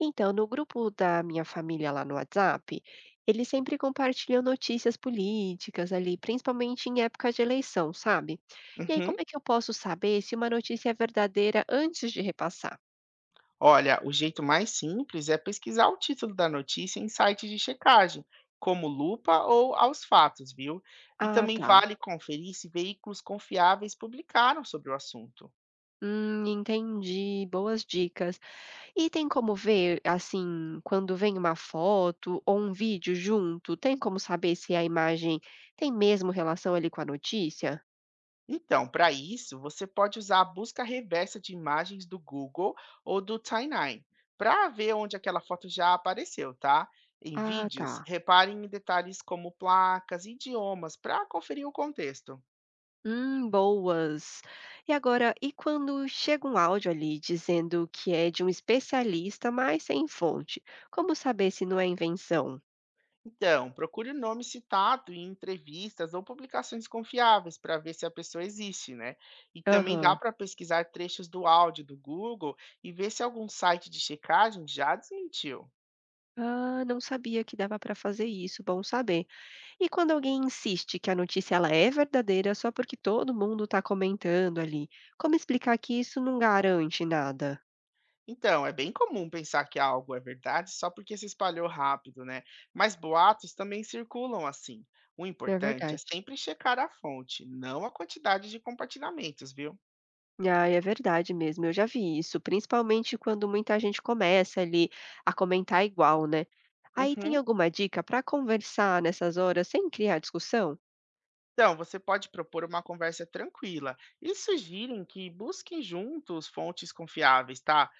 Então, no grupo da minha família lá no WhatsApp, eles sempre compartilham notícias políticas ali, principalmente em época de eleição, sabe? E aí, Uhum. como é que eu posso saber se uma notícia é verdadeira antes de repassar? Olha, o jeito mais simples é pesquisar o título da notícia em sites de checagem, como Lupa ou Aos Fatos, viu? E Ah, também tá. vale conferir se veículos confiáveis publicaram sobre o assunto. Entendi. Boas dicas. E tem como ver, assim, quando vem uma foto ou um vídeo junto, tem como saber se a imagem tem mesmo relação ali com a notícia? Então, para isso, você pode usar a busca reversa de imagens do Google ou do Timeline, para ver onde aquela foto já apareceu, tá? Em Ah, tá. vídeos, reparem em detalhes como placas e idiomas para conferir o contexto. Boas. E agora, e quando chega um áudio ali dizendo que é de um especialista, mas sem fonte? Como saber se não é invenção? Então, procure o nome citado em entrevistas ou publicações confiáveis para ver se a pessoa existe, né? E também dá Aham. para pesquisar trechos do áudio do Google e ver se algum site de checagem já desmentiu. Ah, não sabia que dava para fazer isso, bom saber. E quando alguém insiste que a notícia ela é verdadeira só porque todo mundo está comentando ali, como explicar que isso não garante nada? Então, é bem comum pensar que algo é verdade só porque se espalhou rápido, né? Mas boatos também circulam assim. O É importante é verdade. sempre checar a fonte, não a quantidade de compartilhamentos, viu? Ah, é verdade mesmo, eu já vi isso, principalmente quando muita gente começa ali a comentar igual, né. Aí tem Uhum. alguma dica para conversar nessas horas sem criar discussão? Então, você pode propor uma conversa tranquila e sugerem que busquem juntos fontes confiáveis, tá?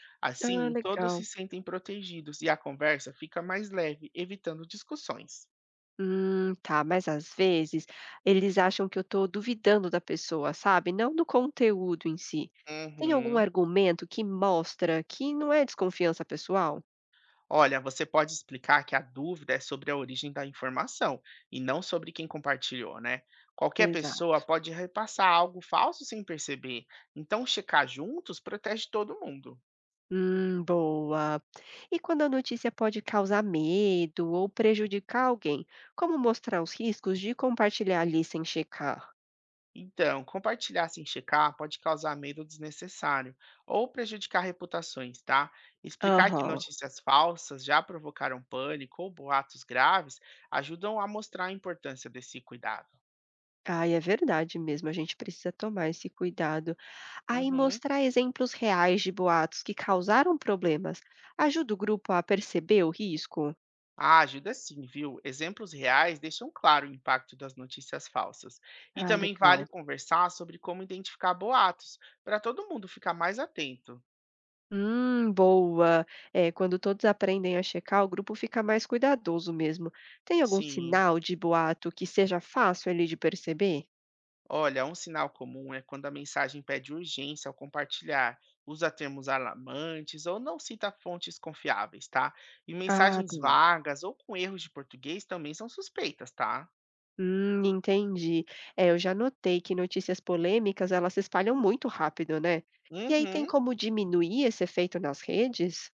Ah, Assim, todos se legal. sentem protegidos e a conversa fica mais leve, evitando discussões. Tá, mas às vezes eles acham que eu tô duvidando da pessoa, sabe, não do conteúdo em si. Tem algum Uhum. argumento que mostra que não é desconfiança pessoal? Olha, você pode explicar que a dúvida é sobre a origem da informação e não sobre quem compartilhou, né? Qualquer Exato. pessoa pode repassar algo falso sem perceber, então checar juntos protege todo mundo. Boa. E quando a notícia pode causar medo ou prejudicar alguém, como mostrar os riscos de compartilhar ali sem checar? Então, compartilhar sem checar pode causar medo desnecessário ou prejudicar reputações, tá? Explicar que Aham. notícias falsas já provocaram pânico ou boatos graves ajudam a mostrar a importância desse cuidado. Ai, é verdade mesmo, a gente precisa tomar esse cuidado. Aí Uhum. mostrar exemplos reais de boatos que causaram problemas ajuda o grupo a perceber o risco. Ah, ajuda sim, viu? Exemplos reais deixam claro o impacto das notícias falsas. E Ah, também vale legal. conversar sobre como identificar boatos, para todo mundo ficar mais atento. Boa. É, quando todos aprendem a checar, o grupo fica mais cuidadoso mesmo. Tem algum Sim. sinal de boato que seja fácil ali de perceber? Olha, um sinal comum é quando a mensagem pede urgência ao compartilhar, usa termos alarmantes ou não cita fontes confiáveis, tá? E Ah, mensagens tá. vagas ou com erros de português também são suspeitas, tá? Entendi. É, eu já notei que notícias polêmicas, elas se espalham muito rápido, né? E aí tem Uhum. como diminuir esse efeito nas redes?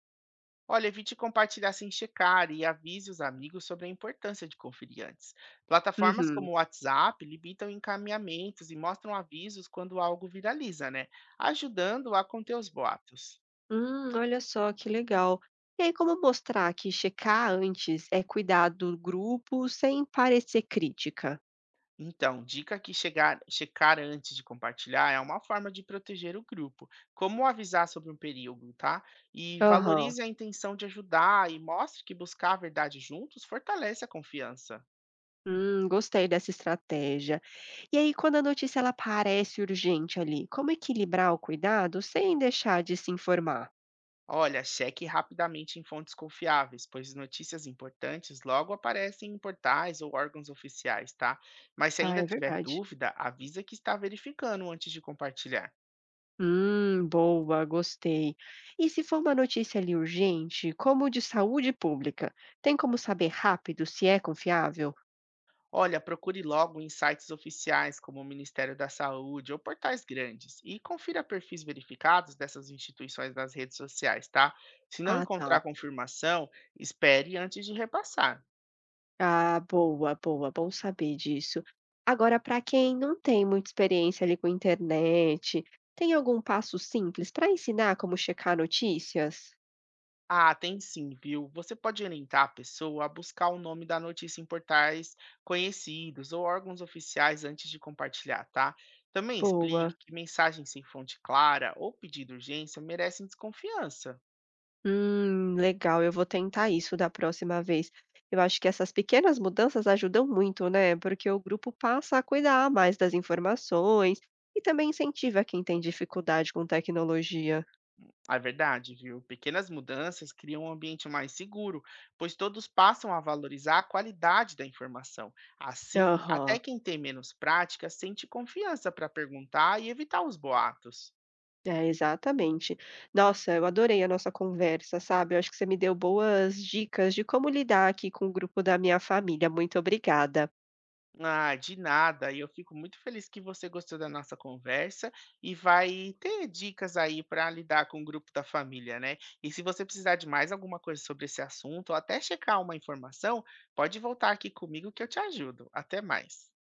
Olha, evite compartilhar sem checar e avise os amigos sobre a importância de conferir antes. Plataformas Uhum. como o WhatsApp limitam encaminhamentos e mostram avisos quando algo viraliza, né? Ajudando a conter os boatos. Olha só que legal. E aí, como mostrar que checar antes é cuidar do grupo sem parecer crítica? Então, dica que chegar, checar antes de compartilhar é uma forma de proteger o grupo. Como avisar sobre um perigo, tá? E Aham. valorize a intenção de ajudar e mostre que buscar a verdade juntos fortalece a confiança. Gostei dessa estratégia. E aí, quando a notícia ela parece urgente ali, como equilibrar o cuidado sem deixar de se informar? Olha, cheque rapidamente em fontes confiáveis, pois notícias importantes logo aparecem em portais ou órgãos oficiais, tá? Mas se Ah, ainda é tiver verdade. dúvida, avisa que está verificando antes de compartilhar. Boa, gostei. E se for uma notícia ali urgente, como de saúde pública, tem como saber rápido se é confiável? Olha, procure logo em sites oficiais como o Ministério da Saúde ou portais grandes e confira perfis verificados dessas instituições nas redes sociais, tá? Se não Ah, encontrar tá. confirmação, espere antes de repassar. Ah, boa, boa, bom saber disso. Agora, para quem não tem muita experiência ali com internet, tem algum passo simples para ensinar como checar notícias? Ah, tem sim, viu? Você pode orientar a pessoa a buscar o nome da notícia em portais conhecidos ou órgãos oficiais antes de compartilhar, tá? Também explique Boa. que mensagens sem fonte clara ou pedido de urgência merecem desconfiança. Legal, eu vou tentar isso da próxima vez. Eu acho que essas pequenas mudanças ajudam muito, né? Porque o grupo passa a cuidar mais das informações e também incentiva quem tem dificuldade com tecnologia. É verdade, viu? Pequenas mudanças criam um ambiente mais seguro, pois todos passam a valorizar a qualidade da informação. Assim, até Aham, quem tem menos prática sente confiança para perguntar e evitar os boatos. é, exatamente. Nossa, eu adorei a nossa conversa, sabe? Eu acho que você me deu boas dicas de como lidar aqui com o grupo da minha família. Muito obrigada. Ah, de nada. E eu fico muito feliz que você gostou da nossa conversa e vai ter dicas aí para lidar com o grupo da família, né? E se você precisar de mais alguma coisa sobre esse assunto ou até checar uma informação, pode voltar aqui comigo que eu te ajudo. Até mais.